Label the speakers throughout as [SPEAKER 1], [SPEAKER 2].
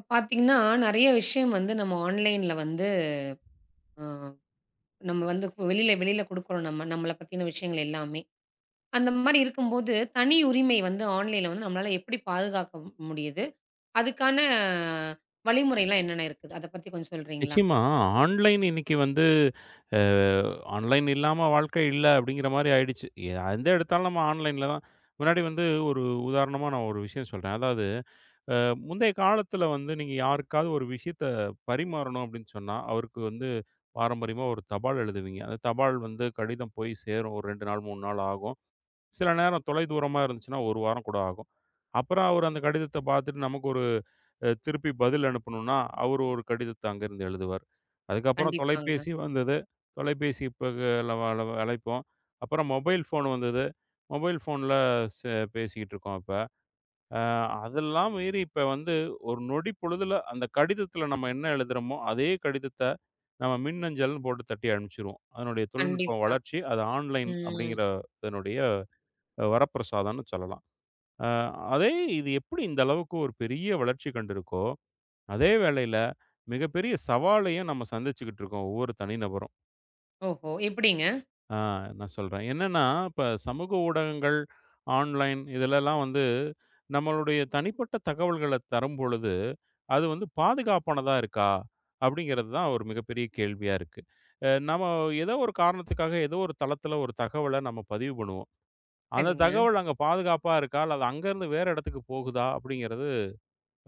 [SPEAKER 1] இப்ப பார்த்தீங்கன்னா, நெறைய விஷயம் வந்து நம்ம ஆன்லைன்ல வந்து அ நம்ம வந்து வெளியில வெளியில குடுக்குறோம் நம்ம. நம்மள பத்தின விஷயங்கள் எல்லாமே. அந்த மாரி இருக்கும்போது, தனி உரிமை வந்து ஆன்லைன்ல வந்து நம்மளால எப்படி பாதுகாக்க முடியுது? அதுக்கான வழிமுறைலாம் என்னென்ன இருக்குது? அத பத்தி கொஞ்சம் சொல்றீங்களா?
[SPEAKER 2] நிச்சயமா. ஆன்லைன் இன்னைக்கு வந்து அ ஆன்லைன் இல்லாம வாழ்க்கை இல்ல அப்படிங்கிற மாரி ஆயிடுச்சு. எந்த எடுத்தாலும் நம்ம ஆன்லைன்ல தான். முன்னாடி வந்து ஒரு உதாரணமா நான் ஒரு விஷயம் சொல்றேன். அதாவது அ முந்தைய காலத்துல வந்து நீங்க யாருக்காவது ஒரு விஷயத்த பரிமாறணும் அப்படின்னு சொன்னா, அவருக்கு வந்து பாரம்பரியமா ஒரு தபால் எழுதுவீங்க. அந்த தபால் வந்து கடிதம் போய் சேரும். ஒரு 2 நாள், 3 நாள் ஆகும். சில நேரம் தொலைதூரமா இருந்துச்சுன்னா, 1 வாரம் கூட ஆகும். அப்புறம் அவரு அந்த கடிதத்த பார்த்துட்டு நமக்கு ஒரு திருப்பி பதில் அனுப்பணும்னா, அவரு ஒரு கடிதத்த அங்கேருந்து எழுதுவார். அதுக்கப்புறம்
[SPEAKER 1] கண்டிப்பாங்க.
[SPEAKER 2] தொலைபேசி வந்தது. தொலைபேசி இப்ப அளவ அளவ அழைப்போம். அப்புறம் மொபைல் ஃபோன் வந்தது. மொபைல் ஃபோன்ல பேசிக்கிட்டு இருக்கோம் இப்ப. அ அதெல்லாம் மீறி இப்ப வந்து ஒரு நொடி பொழுதுல அந்த கடிதத்தில நம்ம என்ன எழுதுறோமோ, அதே கடிதத்த நம்ம மின்னஞ்சல்னு போட்டு தட்டி அனுப்பிச்சுருவோம். அதனுடைய தொழில்நுட்ப
[SPEAKER 1] கண்டிப்பா.
[SPEAKER 2] வளர்ச்சி, அது ஆன்லைன்
[SPEAKER 1] ம்.
[SPEAKER 2] அப்படிங்கிற இதனுடைய வரப்பிரசாதம்னு சொல்லலாம். அ அதே இது எப்படி இந்த அளவுக்கு ஒரு பெரிய வளர்ச்சி கண்டிருக்கோ, அதே வேளையில மிகப்பெரிய சவாலையும் நம்ம சந்திச்சுக்கிட்டு இருக்கோம் ஒவ்வொரு தனிநபரும்.
[SPEAKER 1] ஓஹோ! எப்படிங்க?
[SPEAKER 2] அ நான் சொல்றேன். என்னன்னா, இப்ப சமூக ஊடகங்கள், ஆன்லைன் இதுலலாம் வந்து நம்மளுடைய தனிப்பட்ட தகவல்கள தரும்பொழுது, அது வந்து பாதுகாப்பானதா இருக்கா? அப்படிங்கிறது தான் ஒரு மிகப்பெரிய கேள்வியா இருக்கு. நம்ம ஏதோ ஒரு காரணத்துக்காக ஏதோ ஒரு தளத்துல ஒரு தகவல நம்ம பதிவு பண்ணுவோம். அந்த
[SPEAKER 1] சரிங்க.
[SPEAKER 2] தகவல் அங்க பாதுகாப்பா இருக்கா? அல்ல அது அங்கருந்து வேற இடத்துக்கு போகுதா? அப்படிங்கிறது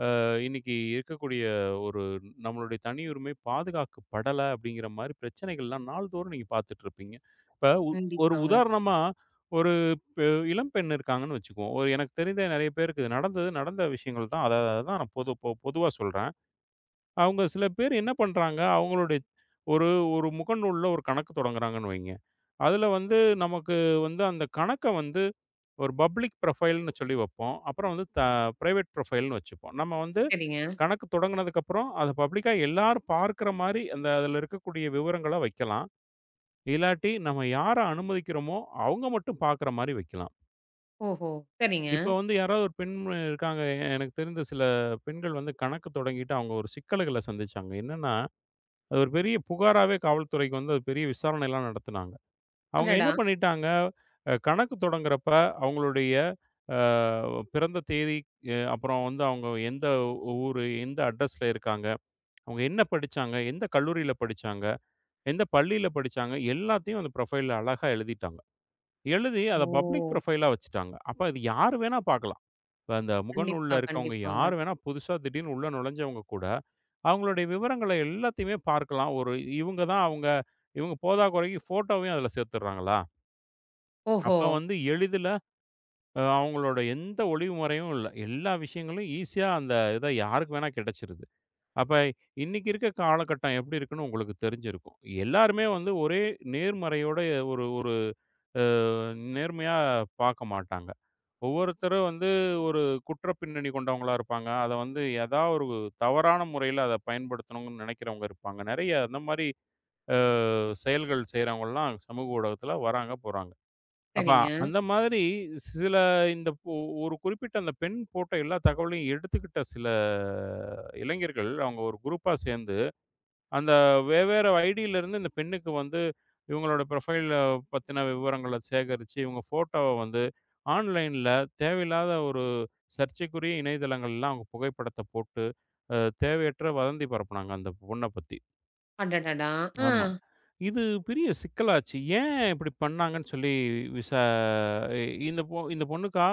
[SPEAKER 2] இன்னைக்கு இருக்கக்கூடிய ஒரு நம்மளுடைய தனியுரிமை பாதுகாக்கப்படல அப்படிங்கிற மாரி பிரச்சனைகள்லாம் நாள்தோறும் நீங்க பார்த்துட்டுருப்பீங்க. இப்ப ஒரு
[SPEAKER 1] கண்டிப்பாங்க.
[SPEAKER 2] உதாரணமா ஒரு பெ இளம் பெண் இருக்காங்கன்னு வச்சுக்குவோம். ஒரு எனக்கு தெரிந்த நிறைய பேருக்கு இது நடந்தது. நடந்த விஷயங்கள் தான். அத அதான் நான் பொதுவா சொல்றேன். அவங்க சில பேர் என்ன பண்றாங்க, அவங்களுடைய ஒரு ஒரு முகநூல்ல ஒரு கணக்கு தொடங்குறாங்கன்னு வைங்க. அதுல வந்து நமக்கு வந்து அந்த கணக்க வந்து ஒரு பப்ளிக் ப்ரொஃபைல்ன்னு சொல்லி வைப்போம். அப்புறம் வந்து பிரைவேட் ப்ரொஃபைல்ன்னு வச்சுப்போம். நம்ம வந்து
[SPEAKER 1] சரிங்க.
[SPEAKER 2] கணக்கு தொடங்குனதுக்கப்புறம், அத பப்ளிக்கா எல்லாரும் பார்க்குற மாரி அந்த அதில இருக்கக்கூடிய விவரங்கள வைக்கலாம். இல்லாட்டி நம்ம யார அனுமதிக்கிறோமோ, அவங்க மட்டும் பார்க்குற மாரி வைக்கலாம்.
[SPEAKER 1] ஓஹோ! சரிங்க.
[SPEAKER 2] இப்ப வந்து யாராவது ஒரு பெண் இருக்காங்க. எனக்கு தெரிந்த சில பெண்கள் வந்து கணக்கு தொடங்கிட்டு அவங்க ஒரு சிக்கல்கள சந்திச்சாங்க. என்னன்னா, அது ஒரு பெரிய புகாராவே காவல்துறைக்கு வந்து அது பெரிய விசாரணைலாம் நடத்துனாங்க. அவங்க என்ன
[SPEAKER 1] அடடா!
[SPEAKER 2] பண்ணிட்டாங்க, கணக்கு தொடங்குறப்ப அவங்களுடைய அ பிறந்த தேதி, அப்புறம் வந்து அவங்க எந்த ஊரு, எந்த அட்ரஸ்ல இருக்காங்க, அவங்க என்ன படிச்சாங்க, எந்த கல்லூரியில படிச்சாங்க, எந்த பள்ளியில படிச்சாங்க, எல்லாத்தையும் அந்த ப்ரொஃபைல்ல அழகா எழுதிட்டாங்க. எழுதி அத பப்ளிக்
[SPEAKER 1] ஓ!
[SPEAKER 2] ப்ரொஃபைலா வச்சுட்டாங்க. அப்ப அது யாரு வேணா பார்க்கலாம். இப்ப அந்த
[SPEAKER 1] கண்டிப்பா,
[SPEAKER 2] முகநூல்ல இருக்கவங்க
[SPEAKER 1] கண்டிப்பாங்க.
[SPEAKER 2] யாரு வேணா புதுசா திடீர்னு உள்ள நுழைஞ்சவங்க கூட, அவங்களுடைய விவரங்கள எல்லாத்தையுமே பார்க்கலாம். ஒரு இவங்க தான் அவங்க இவங்க போதாக்குறைக்கு ஃபோட்டோவையும் அதுல சேர்த்துடுறாங்களா?
[SPEAKER 1] ஓஹோ!
[SPEAKER 2] அப்ப வந்து எளிதில அவங்களோட எந்த ஒளிவு முறையும் இல்ல. எல்லா விஷயங்களும் ஈஸியா அந்த இத யாருக்கு வேணா கிடைச்சிருது. அப்ப இன்னைக்கு இருக்க காலகட்டம் எப்படி இருக்குன்னு உங்களுக்கு தெரிஞ்சிருக்கும். எல்லாருமே வந்து ஒரே நேர்மறையோட ஒரு ஒரு அ நேர்மையா பாக்க மாட்டாங்க. ஒவ்வொருத்தரும் வந்து ஒரு குற்ற பின்னணி கொண்டவங்களா இருப்பாங்க. அத வந்து ஏதா ஒரு தவறான முறையில அத பயன்படுத்தணும்னு நினைக்கிறவங்க இருப்பாங்க. நெறைய அந்த மாரி செயல்கள் செய்றவங்கலாம் சமூக ஊடகத்துல வராங்க, போறாங்க. அப்ப
[SPEAKER 1] சரிங்க.
[SPEAKER 2] அந்த மாதிரி சில இந்த ஒ ஒரு குறிப்பிட்ட அந்த பெண் போட்ட எல்லா தகவலையும் எடுத்துக்கிட்ட சில இளைஞர்கள், அவங்க ஒரு குரூப்பா சேர்ந்து, அந்த வெவ்வேறு ஐடியிலருந்து இந்த பெண்ணுக்கு வந்து இவங்களோட ப்ரொஃபைல பத்தின விவரங்கள சேகரிச்சு, இவங்க ஃபோட்டோவ வந்து ஆன்லைன்ல தேவையில்லாத ஒரு சர்ச்சைக்குரிய இணையதளங்கள்லாம் அவங்க புகைப்படத்த போட்டு, அ தேவையற்ற வதந்தி பரப்புனாங்க அந்த பொண்ண பத்தி.
[SPEAKER 1] அடடடா! ஆ.
[SPEAKER 2] ஆமா. இது பெரிய சிக்கலாச்சு. ஏன் இப்படி பண்ணாங்கன்னு சொல்லி விசா இ இந்த பொண்ணுக்கா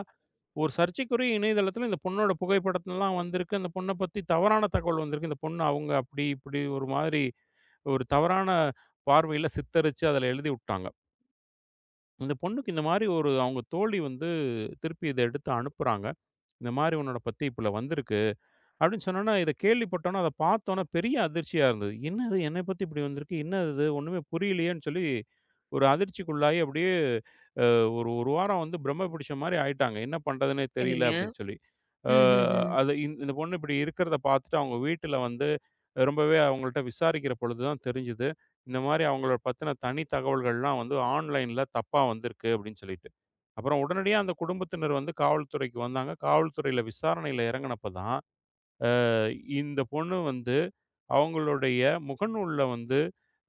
[SPEAKER 2] ஒரு சர்ச்சைக்குரிய இணையதளத்தில இந்த பொண்ணோட புகைப்படத்தலாம் வந்திருக்கு. அந்த பொண்ண பத்தி தவறான தகவல் வந்திருக்கு. இந்த பொண்ணு அவங்க அப்படி இப்படி ஒரு மாதிரி ஒரு தவறான பார்வையில சித்தரிச்சு அதில எழுதி உட்டாங்க. இந்த பொண்ணுக்கு இந்த மாரி ஒரு அவங்க தோழி வந்து திருப்பி இத எடுத்து அனுப்புறாங்க. இந்த மாரி உன்னோட பத்தி இப்பல வந்திருக்கு. அப்படின்னு சொன்னோன்னா, இத கேள்விப்பட்டோன்னா, அத பார்த்தோன்னா பெரிய அதிர்ச்சியா இருந்தது. என்னது என்னை பத்தி இப்படி வந்திருக்கு? என்னது இது? ஒண்ணுமே புரியலையேன்னு சொல்லி ஒரு அதிர்ச்சிக்குள்ளாகி அப்படியே அ ஒரு 1 வாரம் வந்து பிரம்ம பிடிச்ச மாரி ஆயிட்டாங்க. என்ன பண்றதுன்னே தெரியல
[SPEAKER 1] சரிங்க.
[SPEAKER 2] அப்படின்னு சொல்லி. அ
[SPEAKER 1] ம்ஹ்ஹ்ம்.
[SPEAKER 2] அது இந்த பொண்ணு இப்படி இருக்கிறத பார்த்துட்டு அவங்க வீட்ல வந்து ரொம்பவே அவங்கள்ட்ட விசாரிக்கிற பொழுது தான் தெரிஞ்சது. இந்த மாரி அவங்கள பத்தின தனி தகவல்கள்லாம் வந்து ஆன்லைன்ல தப்பா வந்திருக்கு அப்படின்னு சொல்லிட்டு. அப்புறம் உடனடியா அந்த குடும்பத்தினர் வந்து காவல்துறைக்கு வந்தாங்க. காவல்துறையில விசாரணையில இறங்குனப்ப தான் இந்த பொண்ணு வந்து அவங்களுடைய முகநூல்ல வந்து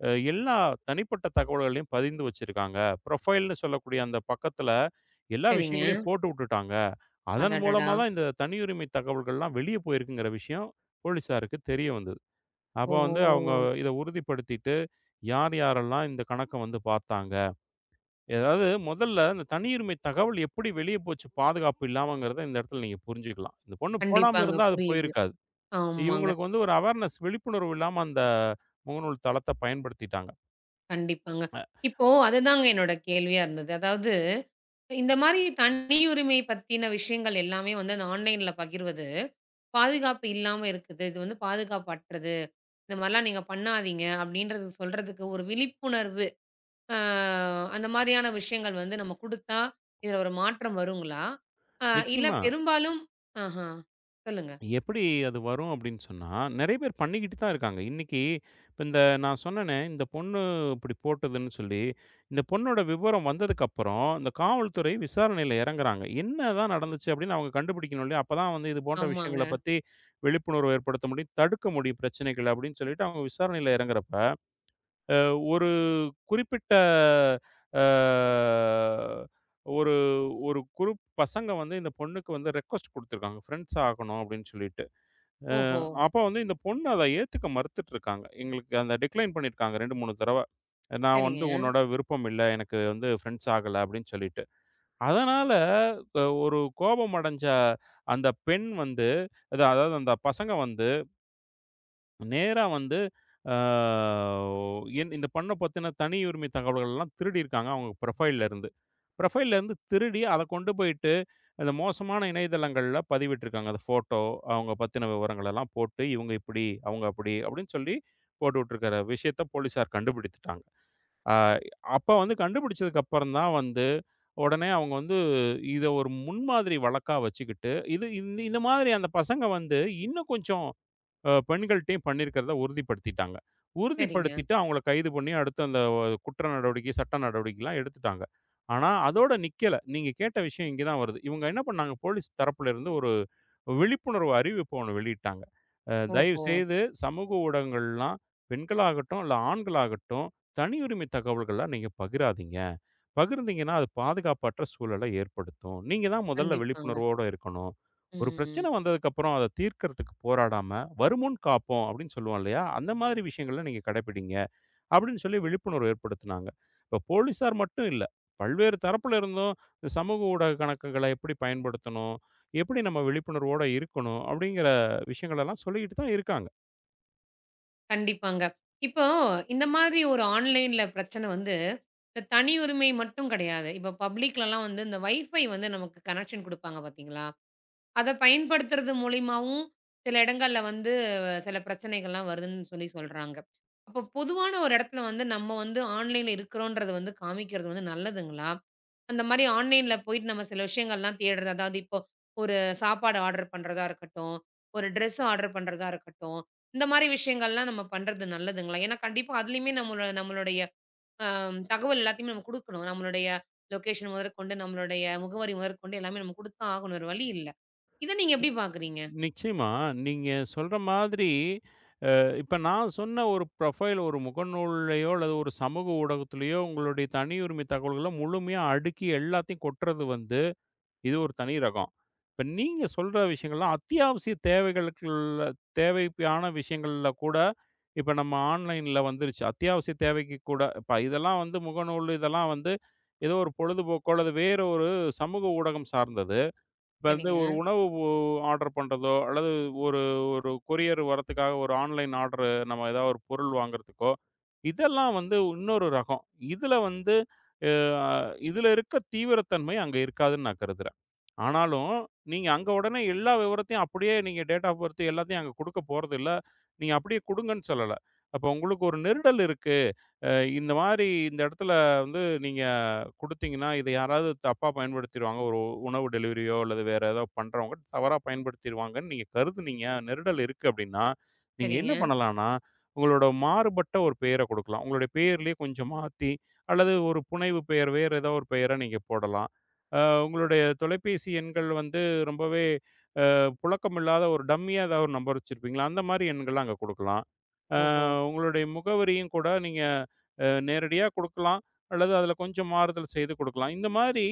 [SPEAKER 2] எல்லா தனிப்பட்ட தகவல்களையும் பதிந்து வச்சிருக்காங்க. ப்ரொஃபைல்ன்னு சொல்லக்கூடிய அந்த பக்கத்துல எல்லா
[SPEAKER 1] சரிங்க.
[SPEAKER 2] விஷயங்களையும் போட்டு விட்டுட்டாங்க. அதன்
[SPEAKER 1] அடடடா!
[SPEAKER 2] மூலமா தான் இந்த தனியுரிமை தகவல்கள்லாம் வெளிய போயிருக்குங்கிற விஷயம் போலீஸாருக்கு தெரிய வந்தது. அப்ப வந்து அவங்க
[SPEAKER 1] ஓஹோ!
[SPEAKER 2] இத உறுதிப்படுத்திட்டு, யார் யாரெல்லாம் இந்த கணக்க வந்து பார்த்தாங்க. அதாவது முதல்ல இந்த தனியுரிமை தகவல் எப்படி வெளிய போச்சு பாதுகாப்பு இல்லாமங்கிறத இந்த இடத்துல நீங்க புரிஞ்சுக்கலாம். இந்த பொண்ணு போடாம
[SPEAKER 1] கண்டிப்பாங்க.
[SPEAKER 2] இருந்தா அது
[SPEAKER 1] புரியுது.
[SPEAKER 2] போயிருக்காது.
[SPEAKER 1] ஆமாங்க.
[SPEAKER 2] இவங்களுக்கு வந்து ஒரு அவேர்னஸ் விழிப்புணர்வு இல்லாம அந்த முகநூல் தளத்த பயன்படுத்திட்டாங்க.
[SPEAKER 1] கண்டிப்பாங்க.
[SPEAKER 2] அ
[SPEAKER 1] இப்போ அதுதாங்க என்னோட கேள்வியா இருந்தது. அதாவது இந்த மாரி தனியுரிமை பத்தின விஷயங்கள் எல்லாமே வந்து அந்த ஆன்லைன்ல பகிர்வது, பாதுகாப்பு இல்லாம இருக்குது. இது வந்து பாதுகாப்பற்றது. இந்த மாரிலாம் நீங்க பண்ணாதீங்க அப்படின்றது சொல்றதுக்கு ஒரு விழிப்புணர்வு, அ அந்த மாரியான விஷயங்கள் வந்து நம்ம குடுத்தா, இதுல ஒரு மாற்றம் வருங்களா? அ இல்ல
[SPEAKER 2] நிச்சயமா.
[SPEAKER 1] பெரும்பாலும் ஆஹா. சொல்லுங்க.
[SPEAKER 2] எப்படி அது வரும் அப்படின்னு சொன்னா, நெறைய பேர் பண்ணிக்கிட்டு தான் இருக்காங்க. இன்னைக்கு இப்ப இந்த நான் சொன்னேனே, இந்த பொண்ணு இப்படி போட்டதுன்னு சொல்லி, இந்த பொண்ணோட விவரம் வந்ததுக்கப்புறம், இந்த காவல்துறை விசாரணையில இறங்குறாங்க. என்னதான் நடந்துச்சு அப்படின்னு அவங்க கண்டுபிடிக்கணும் இல்லையா? அப்பதான் வந்து இது போன்ற விஷயங்கள
[SPEAKER 1] ஆமாங்க.
[SPEAKER 2] பத்தி விழிப்புணர்வு ஏற்படுத்த முடியும். தடுக்க முடியும் பிரச்சனைகள அப்படின்னு சொல்லிட்டு அவங்க விசாரணையில இறங்குறப்ப ஒரு குறிப்பிட்ட அ ஒரு ஒரு குரூப் பசங்க வந்து இந்த பொண்ணுக்கு வந்து ரெக்வெஸ்ட் குடுத்துருக்காங்க. ஃப்ரெண்ட்ஸ் ஆகணும் அப்படின்னு சொல்லிட்டு. அ
[SPEAKER 1] ஓஹோ!
[SPEAKER 2] அப்ப வந்து இந்த பொண்ணு அத ஏத்துக்க மறுத்துட்டு இருக்காங்க. எங்களுக்கு அந்த டிக்ளைன் பண்ணியிருக்காங்க 2, 3 தடவ. நான் வந்து
[SPEAKER 1] சரிங்க.
[SPEAKER 2] உன்னோட விருப்பம் இல்ல. எனக்கு வந்து ஃப்ரெண்ட்ஸ் ஆகல அப்படின்னு சொல்லிட்டு. அதனால ஒரு கோபம் அடைஞ்ச அந்த பெண் வந்து அது அதாவது அந்த பசங்க வந்து நேரா வந்து ஆ என் இந்த பண்ண பத்தின தனியுரிமை தகவல்கள்லாம் திருடியிருக்காங்க அவங்க ப்ரொஃபைல்ல இருந்து. ப்ரொஃபைல்ல இருந்து திருடி அத கொண்டு போயிட்டு, இந்த மோசமான இணையதளங்கள்ல பதிவிட்டுருக்காங்க. அந்த ஃபோட்டோ, அவங்க பத்தின விவரங்கள் எல்லாம் போட்டு, இவங்க இப்படி, அவங்க அப்படி அப்படின்னு சொல்லி போட்டு விட்டுருக்கிற விஷயத்த போலீஸார் கண்டுபிடித்துட்டாங்க. ஆ அப்ப வந்து கண்டுபிடிச்சதுக்கு அப்புறம் தான் வந்து, உடனே அவங்க வந்து இத ஒரு முன்மாதிரி வழக்கா வச்சுக்கிட்டு, இது இந்த இந்த மாதிரி அந்த பசங்க வந்து இன்னும் கொஞ்சம் பெண்கள்ட்டயும் பண்ணியிருக்கிறத உறுதிப்படுத்திட்டாங்க.
[SPEAKER 1] சரிங்க.
[SPEAKER 2] உறுதிப்படுத்திட்டு அவங்கள கைது பண்ணி அடுத்து அந்த குற்ற நடவடிக்கை, சட்ட நடவடிக்கைலாம் எடுத்துட்டாங்க. ஆனா, அதோட நிக்கல. நீங்க கேட்ட விஷயம் இங்க தான் வருது. இவங்க என்ன பண்ணாங்க, போலீஸ் தரப்புல இருந்து ஒரு விழிப்புணர்வு அறிவிப்பு ஒண்ணு வெளியிட்டாங்க.
[SPEAKER 1] ஓஹோ!
[SPEAKER 2] தயவுசெய்து சமூக ஊடகங்கள்லாம் பெண்களாகட்டும், இல்ல ஆண்களாகட்டும் தனி உரிமை தகவல்கள்லாம் நீங்க பகிராதீங்க. பகிர்ந்தீங்கன்னா அது பாதுகாப்பற்ற சூழல ஏற்படுத்தும். நீங்க தான் முதல்ல
[SPEAKER 1] கண்டிப்பாங்க.
[SPEAKER 2] விழிப்புணர்வோட இருக்கணும். ஒரு பிரச்சனை
[SPEAKER 1] ம்.
[SPEAKER 2] வந்ததுக்கப்புறம் அத தீர்க்கறதுக்கு போராடாம வருமுன் காப்போம் அப்படின்னு சொல்லுவோம் இல்லையா? அந்த மாதிரி விஷயங்கள்லாம் நீங்க கடைப்பிடிங்க அப்படின்னு சொல்லி விழிப்புணர்வு ஏற்படுத்துனாங்க. இப்போ போலீஸார் மட்டும் இல்ல. பல்வேறு தரப்புல இருந்தும் இந்த சமூக ஊடக கணக்குகள எப்படி பயன்படுத்தணும்? எப்படி நம்ம விழிப்புணர்வோட இருக்கணும்? அப்படிங்கிற விஷயங்களெல்லாம் சொல்லிக்கிட்டு தான் இருக்காங்க.
[SPEAKER 1] கண்டிப்பாங்க. இப்போ இந்த மாதிரி ஒரு ஆன்லைன்ல பிரச்சனை வந்து, இந்த தனி உரிமை மட்டும் கிடையாது. இப்போ பப்ளிக்லலாம் வந்து இந்த வைஃபை வந்து நமக்கு கனெக்ஷன் குடுப்பாங்க பார்த்தீங்களா? அத பயன்படுத்துறது மூலியமாவும், சில இடங்கள்ல வந்து சில பிரச்சனைகள்லாம் வருதுன்னு சொல்லி சொல்றாங்க. அப்போ பொதுவான ஒரு இடத்துல வந்து நம்ம வந்து ஆன்லைன்ல இருக்கிறோன்றது வந்து காமிக்கிறது வந்து நல்லதுங்களா? அந்த மாரி ஆன்லைன்ல போயிட்டு நம்ம சில விஷயங்கள்லாம் தேடுறது. அதாவது இப்போ ஒரு சாப்பாடு ஆர்டர் பண்றதா இருக்கட்டும், ஒரு ட்ரெஸ் ஆர்டர் பண்றதா இருக்கட்டும். இந்த மாரி விஷயங்கள்லாம் நம்ம பண்றது நல்லதுங்களா? ஏன்னா கண்டிப்பா அதுலயுமே நம்மளோ நம்மளுடைய அ தகவல் எல்லாத்தையுமே நம்ம குடுக்கணும். நம்மளுடைய லொகேஷன் முதற்கொண்டு, நம்மளுடைய முகவரி முதற்கொண்டு எல்லாமே நம்ம குடுத்துதான் ஆகணும். வேற வழி இல்ல. இத நீங்க எப்படி பார்க்குறீங்க?
[SPEAKER 2] நிச்சயமா நீங்க சொல்ற மாதிரி இப்ப நான் சொன்ன ஒரு ப்ரொஃபைல் ஒரு முகநூல்லயோ அல்லது ஒரு சமூக ஊடகத்திலயோ உங்களுடைய தனியுரிமை தகவல்கள முழுமையா அடுக்கி எல்லாத்தையும் கொட்டுறது வந்து இது ஒரு தனி ரகம். இப்ப நீங்க சொல்ற விஷயங்கள்லாம் அத்தியாவசிய தேவைகளுக்குள்ள தேவையான விஷயங்கள்ல கூட, இப்ப நம்ம ஆன்லைன்ல வந்துருச்சு. அத்தியாவசிய தேவைக்கு கூட இப்ப இதெல்லாம் வந்து முகநூல் இதெல்லாம் வந்து ஏதோ ஒரு பொழுதுபோக்கோ அல்லது வேற ஒரு சமூக ஊடகம் சார்ந்தது. இப்ப வந்து
[SPEAKER 1] சரிங்க,
[SPEAKER 2] ஒரு உணவு ஒ ஆர்டர் பண்றதோ, அல்லது ஒரு ஒரு கொரியர் வரத்துக்காக ஒரு ஆன்லைன் ஆர்டரு நம்ம ஏதாவது ஒரு பொருள் வாங்குறதுக்கோ, இதெல்லாம் வந்து இன்னொரு ரகம். இதுல வந்து அ இதுல இருக்க தீவிரத்தன்மை அங்க இருக்காதுன்னு நான் கருதுறேன். ஆனாலும், நீங்க அங்க உடனே எல்லா விவரத்தையும் அப்படியே நீங்க டேட் ஆஃப் பர்த் எல்லாத்தையும் அங்க குடுக்க போறதில்ல. நீங்க அப்படியே குடுங்கன்னு சொல்லல. அப்ப உங்களுக்கு ஒரு நெருடல் இருக்கு. அ இந்த மாதிரி இந்த இடத்துல வந்து நீங்க குடுத்தீங்கன்னா, இத யாராவது தப்பா பயன்படுத்திருவாங்க. ஒரு உணவு டெலிவரியோ அல்லது வேற ஏதோ பண்றவங்க தவறா பயன்படுத்திருவாங்கன்னு நீங்க கருதுனீங்க. நெருடல் இருக்கு அப்படின்னா, நீங்க என்ன
[SPEAKER 1] சரிங்க.
[SPEAKER 2] பண்ணலாம்னா, உங்களோட மாறுபட்ட ஒரு பெயர குடுக்கலாம். உங்களுடைய பெயர்லயே கொஞ்சம் மாத்தி அல்லது ஒரு புனைவு பெயர் வேற ஏதோ ஒரு பெயர நீங்க போடலாம். உங்களுடைய தொலைபேசி எண்கள் வந்து ரொம்பவே புழக்கமில்லாத ஒரு டம்மியா ஏதாவது ஒரு நம்பர் வச்சிருப்பீங்களா? அந்த மாரி எண்கள அங்க குடுக்கலாம்.
[SPEAKER 1] ஓஹோ!
[SPEAKER 2] உங்களுடைய முகவரியும் கூட நீங்க நேரடியா குடுக்கலாம். அல்லது அதுல கொஞ்சம் மாறுதல் செய்து குடுக்கலாம். இந்த மாதிரி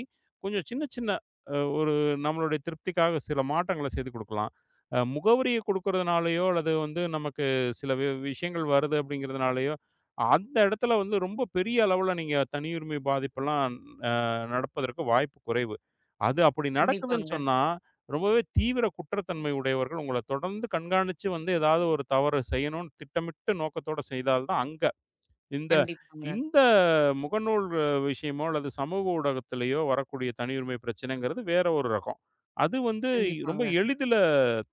[SPEAKER 2] கொஞ்சம் சின்ன சின்ன ஒரு நம்மளுடைய திருப்திக்காக சில மாற்றங்கள செய்து குடுக்கலாம். முகவரிய குடுக்கிறதுனாலயோ, அல்லது வந்து நமக்கு சில வி விஷயங்கள் வருது அப்படிங்கிறதுனாலயோ, அந்த இடத்துல வந்து ரொம்ப பெரிய அளவுல நீங்க தனியுரிமை பாதிப்பெல்லாம் நடப்பதற்கு வாய்ப்பு குறைவு. அது அப்படி நடக்குதுன்னு
[SPEAKER 1] கண்டிப்பாங்க,
[SPEAKER 2] சொன்னா, ரொம்பவே தீவிர குற்றத்தன்மை உடையவர்கள் உங்கள தொடர்ந்து கண்காணிச்சு வந்து ஏதாவது ஒரு தவறு செய்யணும்னு திட்டமிட்ட நோக்கத்தோட செய்தால் தான் அங்க இந்த
[SPEAKER 1] கண்டிப்பாங்க,
[SPEAKER 2] இந்த முகநூல் விஷயமோ அல்லது சமூக ஊடகத்திலேயோ வரக்கூடிய தனியுரிமை பிரச்சனைங்கிறது வேற ஒரு ரகம். அது வந்து ரொம்ப
[SPEAKER 1] கண்டிப்பாங்க.
[SPEAKER 2] எளிதில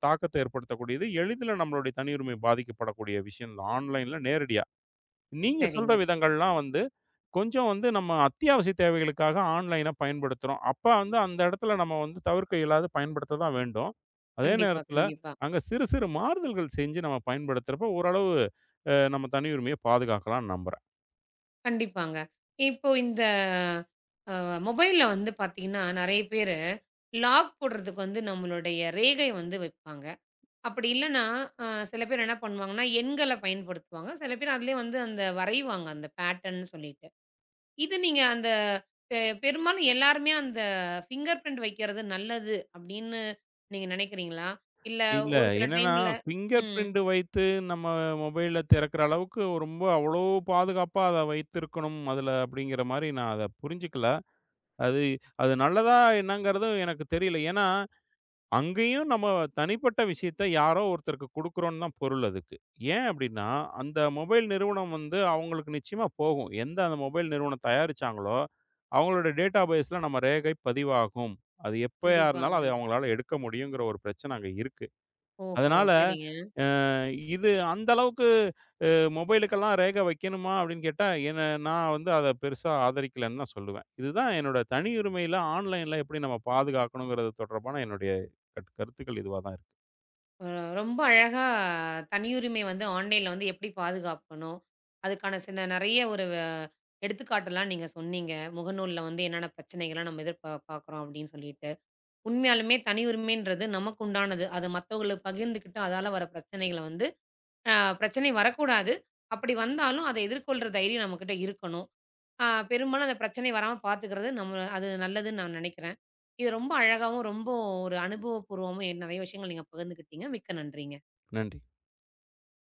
[SPEAKER 2] தாக்கத்தை ஏற்படுத்தக்கூடியது. எளிதில நம்மளுடைய தனியுரிமை பாதிக்கப்படக்கூடிய விஷயம் தான் ஆன்லைன்ல நேரடியா. நீங்க சொல்ற
[SPEAKER 1] சரிங்க.
[SPEAKER 2] விதங்கள்லாம் வந்து கொஞ்சம் வந்து நம்ம அத்தியாவசிய தேவைகளுக்காக ஆன்லைன பயன்படுத்துறோம். அப்ப வந்து அந்த இடத்துல நம்ம வந்து தவிர்க்க இயலாது பயன்படுத்த தான் வேண்டும். அதே
[SPEAKER 1] கண்டிப்பா,
[SPEAKER 2] நேரத்துல,
[SPEAKER 1] கண்டிப்பா.
[SPEAKER 2] அங்க சிறு சிறு மாறுதல்கள் செஞ்சு நம்ம பயன்படுத்துறப்ப ஓரளவு நம்ம தனியுரிமைய பாதுகாக்கலாம்னு நம்புறேன்.
[SPEAKER 1] கண்டிப்பாங்க. இப்போ இந்த அ மொபைல்ல வந்து பார்த்தீங்கன்னா, நெறைய பேரு லாக் போடுறதுக்கு வந்து நம்மளுடைய ரேகை வந்து வைப்பாங்க. அப்படி இல்லன்னா, அ சில பேர் என்ன பண்ணுவாங்கன்னா, எண்கள பயன்படுத்துவாங்க. சில பேர் அதிலயே வந்து அந்த வரைவாங்க, அந்த பேட்டர்ன்னு சொல்லிட்டு. இது நீங்க அந்த பெ பெரும்பாலும் எல்லாருமே அந்த ஃபிங்கர் பிரிண்ட் வைக்கிறது நல்லது அப்படின்னு நீங்க நெனைக்கிறீங்களா? இல்ல
[SPEAKER 2] இல்ல
[SPEAKER 1] ஒரு சில
[SPEAKER 2] என்னன்னா,
[SPEAKER 1] டைம்ல
[SPEAKER 2] ஃபிங்கர்
[SPEAKER 1] ம்.
[SPEAKER 2] பிரிண்ட் வைத்து நம்ம மொபைல திறக்கிற அளவுக்கு ரொம்ப அவ்வளோ பாதுகாப்பா அத வைத்திருக்கணும் அதுல அப்படிங்கிற மாரி நான் அத புரிஞ்சுக்கல. அது அது நல்லதா என்னங்கிறதும் எனக்கு தெரியல. ஏன்னா அங்கேயும் நம்ம தனிப்பட்ட விஷயத்த யாரோ ஒருத்தருக்கு குடுக்குறோம்னு தான் பொருள் அதுக்கு. ஏன் அப்டின்னா, அந்த மொபைல் நிறுவனம் வந்து அவங்களுக்கு நிச்சயமா போகும். எந்த அந்த மொபைல் நிறுவனம் தயாரிச்சாங்களோ, அவங்களோட டேட்டா பேஸ்ல நம்ம ரேகை பதிவாகும். அது எப்பயா இருந்தாலும்,
[SPEAKER 1] கண்டிப்பாங்க.
[SPEAKER 2] அத அவங்களால எடுக்க முடியுங்கிற ஒரு பிரச்சனை அங்க இருக்கு.
[SPEAKER 1] ஓஹோ!
[SPEAKER 2] அதனால
[SPEAKER 1] சரிங்க.
[SPEAKER 2] இது அந்த அளவுக்கு அ மொபைலுக்கெல்லாம் ரேகை வைக்கணுமா? அப்படின்னு கேட்டா, என்ன நான் வந்து அத பெருசா ஆதரிக்கலன்னு தான் சொல்லுவேன். இதுதான் என்னோட தனியுரிமையில ஆன்லைன்ல எப்படி நம்ம பாதுகாக்கணுங்கிறது தொடர்பான என்னுடைய கருத்துக்கள் இதுவா தான் இருக்கு.
[SPEAKER 1] அ ரொம்ப அழகா தனியுரிமை வந்து ஆன்லைன்ல வந்து எப்படி பாதுகாக்கணும்? அதுக்கான சில நெறைய ஒரு வ எடுத்துக்காட்டுலாம் நீங்க சொன்னீங்க. முகநூல்ல வந்து என்னென்ன பிரச்சனைகள்லாம் நம்ம எதிர்பா பார்க்குறோம் அப்படின்னு சொல்லிட்டு. உண்மையாலுமே தனியுரிமைன்றது நமக்கு உண்டானது. அத மத்தவங்களுக்கு பகிர்ந்துக்கிட்டு அதால வர பிரச்சனைகள வந்து அ பிரச்சனை வரக்கூடாது. அப்படி வந்தாலும் அத எதிர்கொள்ற தைரியம் நம்மகிட்ட இருக்கணும். பெரும்பாலும் அந்த பிரச்சனை வராம பார்த்துக்கிறது நம்ம அது நல்லதுன்னு நான் நெனைக்கிறேன். இது ரொம்ப அழகாவும், ரொம்ப ஒரு அனுபவபூர்வமும் நெறைய விஷயங்கள் நீங்க பகிர்ந்துக்கிட்டீங்க. மிக்க நன்றிங்க.
[SPEAKER 2] நன்றி.